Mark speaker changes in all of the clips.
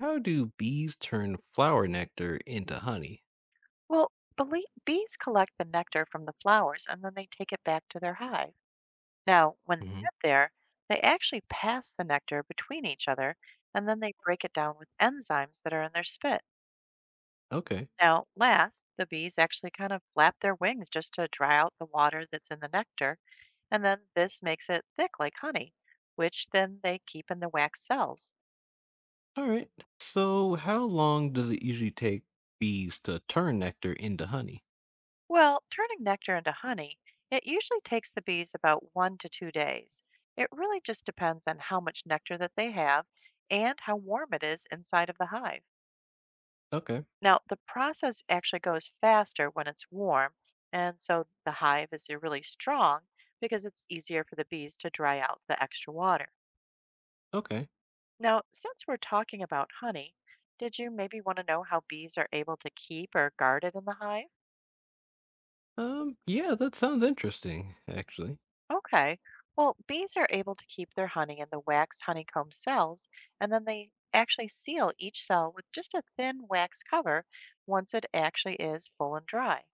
Speaker 1: How do bees turn flower nectar into honey?
Speaker 2: Well, bees collect the nectar from the flowers and then they take it back to their hive. Now, when they
Speaker 1: Hmm.
Speaker 2: get there, they actually pass the nectar between each other and then they break it down with enzymes that are in their spit.
Speaker 1: Okay.
Speaker 2: Now, last, the bees actually kind of flap their wings just to dry out the water that's in the nectar, and then this makes it thick like honey, which then they keep in the wax cells.
Speaker 1: All right. So, how long does it usually take bees to turn nectar into honey?
Speaker 2: Well, turning nectar into honey, it usually takes the bees about 1 to 2 days. It really just depends on how much nectar that they have and how warm it is inside of the hive.
Speaker 1: Okay.
Speaker 2: Now, the process actually goes faster when it's warm, and so the hive is really strong because it's easier for the bees to dry out the extra water.
Speaker 1: Okay.
Speaker 2: Now, since we're talking about honey, did you maybe want to know how bees are able to keep or guard it in the hive?
Speaker 1: Yeah, that sounds interesting, actually.
Speaker 2: Okay. Well, bees are able to keep their honey in the wax honeycomb cells, and then they actually seal each cell with just a thin wax cover once it actually is full and dry.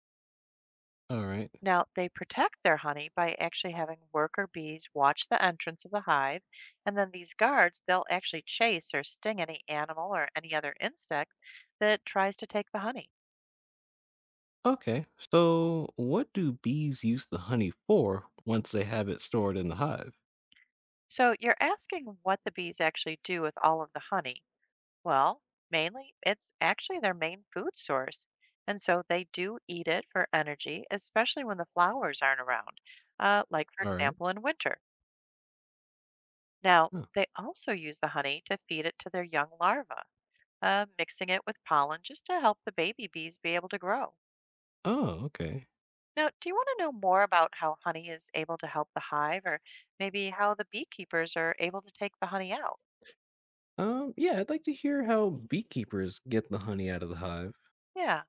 Speaker 1: All right.
Speaker 2: Now, they protect their honey by actually having worker bees watch the entrance of the hive, and then these guards, they'll actually chase or sting any animal or any other insect that tries to take the honey.
Speaker 1: Okay. So, what do bees use the honey for once they have it stored in the hive?
Speaker 2: So, you're asking what the bees actually do with all of the honey. Well, mainly it's actually their main food source. And so they do eat it for energy, especially when the flowers aren't around, like, for
Speaker 1: All right.
Speaker 2: example, in winter. Now,
Speaker 1: Huh.
Speaker 2: they also use the honey to feed it to their young larvae, mixing it with pollen just to help the baby bees be able to grow.
Speaker 1: Oh, okay.
Speaker 2: Now, do you want to know more about how honey is able to help the hive, or maybe how the beekeepers are able to take the honey out?
Speaker 1: Yeah, I'd like to hear how beekeepers get the honey out of the hive.
Speaker 2: Yeah.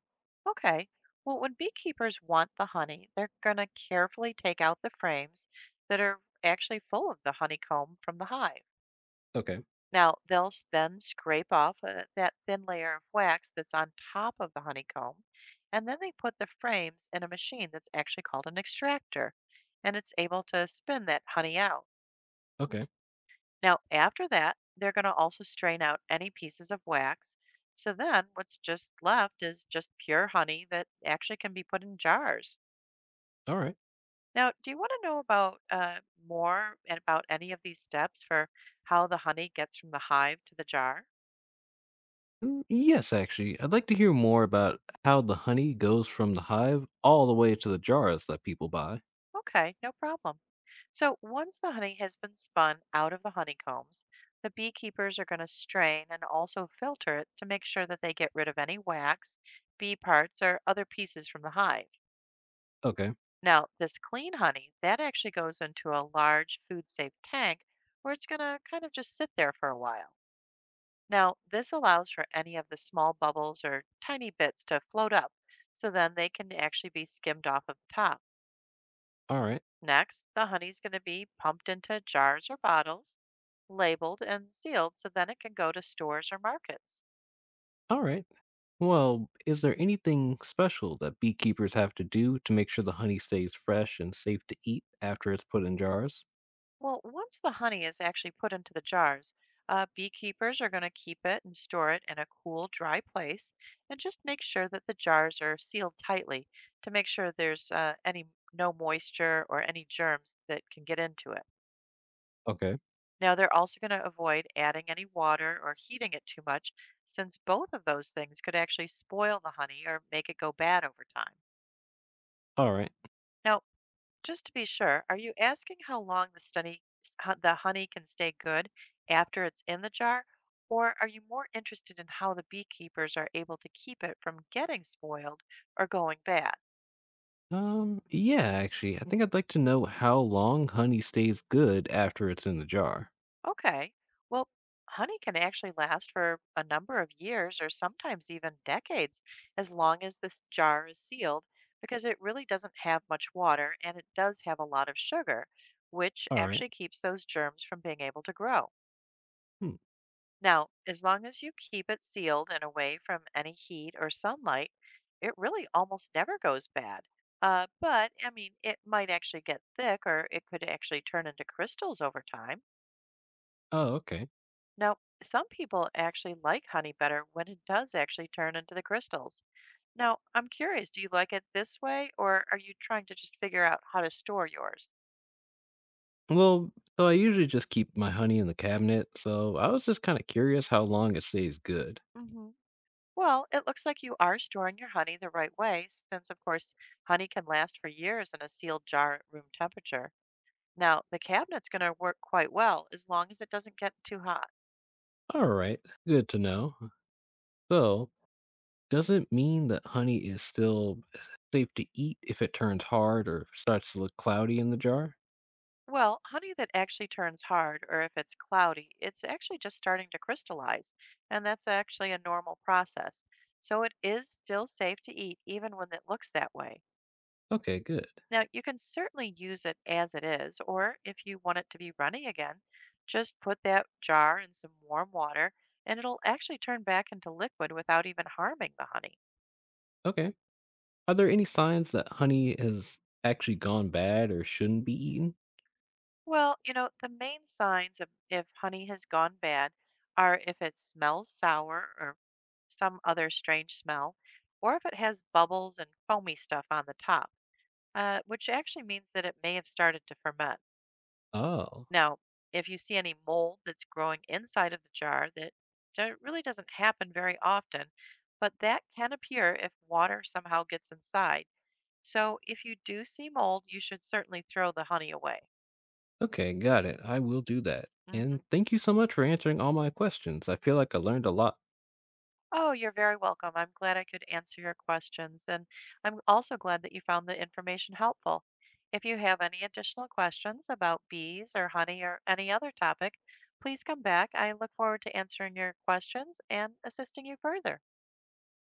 Speaker 2: Okay. Well, when beekeepers want the honey, they're going to carefully take out the frames that are actually full of the honeycomb from the hive.
Speaker 1: Okay.
Speaker 2: Now, they'll then scrape off that thin layer of wax that's on top of the honeycomb, and then they put the frames in a machine that's actually called an extractor, and it's able to spin that honey out.
Speaker 1: Okay.
Speaker 2: Now, after that, they're going to also strain out any pieces of wax. So then what's just left is just pure honey that actually can be put in jars.
Speaker 1: All right.
Speaker 2: Now, do you want to know about more and about any of these steps for how the honey gets from the hive to the jar?
Speaker 1: Mm, yes, actually. I'd like to hear more about how the honey goes from the hive all the way to the jars that people buy.
Speaker 2: Okay, no problem. So, once the honey has been spun out of the honeycombs, the beekeepers are going to strain and also filter it to make sure that they get rid of any wax, bee parts, or other pieces from the hive.
Speaker 1: Okay.
Speaker 2: Now, this clean honey, that actually goes into a large food safe tank where it's going to kind of just sit there for a while. Now, this allows for any of the small bubbles or tiny bits to float up, so then they can actually be skimmed off of the top.
Speaker 1: All right.
Speaker 2: Next, the honey is going to be pumped into jars or bottles, labeled and sealed, so then it can go to stores or markets.
Speaker 1: All right. Well, is there anything special that beekeepers have to do to make sure the honey stays fresh and safe to eat after it's put in jars?
Speaker 2: Well, once the honey is actually put into the jars, beekeepers are going to keep it and store it in a cool, dry place and just make sure that the jars are sealed tightly to make sure there's any no moisture or any germs that can get into it.
Speaker 1: Okay.
Speaker 2: Now, they're also going to avoid adding any water or heating it too much, since both of those things could actually spoil the honey or make it go bad over time.
Speaker 1: All right.
Speaker 2: Now, just to be sure, are you asking how long the honey can stay good after it's in the jar, or are you more interested in how the beekeepers are able to keep it from getting spoiled or going bad?
Speaker 1: Yeah, actually. I think I'd like to know how long honey stays good after it's in the jar.
Speaker 2: Okay. Well, honey can actually last for a number of years or sometimes even decades as long as this jar is sealed because it really doesn't have much water and it does have a lot of sugar, which
Speaker 1: All right.
Speaker 2: actually keeps those germs from being able to grow.
Speaker 1: Hmm.
Speaker 2: Now, as long as you keep it sealed and away from any heat or sunlight, it really almost never goes bad. But, I mean, it might actually get thick or it could actually turn into crystals over time.
Speaker 1: Oh, okay.
Speaker 2: Now, some people actually like honey better when it does actually turn into the crystals. Now, I'm curious, do you like it this way, or are you trying to just figure out how to store yours?
Speaker 1: Well, so I usually just keep my honey in the cabinet, so I was just kind of curious how long it stays good.
Speaker 2: Hmm. Well, it looks like you are storing your honey the right way, since, of course, honey can last for years in a sealed jar at room temperature. Now, the cabinet's going to work quite well as long as it doesn't get too hot.
Speaker 1: All right, good to know. So, does it mean that honey is still safe to eat if it turns hard or starts to look cloudy in the jar?
Speaker 2: Well, honey that actually turns hard, or if it's cloudy, it's actually just starting to crystallize, and that's actually a normal process. So it is still safe to eat even when it looks that way.
Speaker 1: Okay, good.
Speaker 2: Now, you can certainly use it as it is, or if you want it to be runny again, just put that jar in some warm water and it'll actually turn back into liquid without even harming the honey.
Speaker 1: Okay. Are there any signs that honey has actually gone bad or shouldn't be eaten?
Speaker 2: Well, you know, the main signs of if honey has gone bad are if it smells sour or some other strange smell, or if it has bubbles and foamy stuff on the top, which actually means that it may have started to ferment.
Speaker 1: Oh,
Speaker 2: Now, if you see any mold that's growing inside of the jar, that really doesn't happen very often, but that can appear if water somehow gets inside. So if you do see mold, you should certainly throw the honey away.
Speaker 1: okay, got it. I will do that.
Speaker 2: Mhm.
Speaker 1: And thank you so much for answering all my questions. I feel like I learned a lot.
Speaker 2: Oh, you're very welcome. I'm glad I could answer your questions, and I'm also glad that you found the information helpful. If you have any additional questions about bees or honey or any other topic, please come back. I look forward to answering your questions and assisting you further.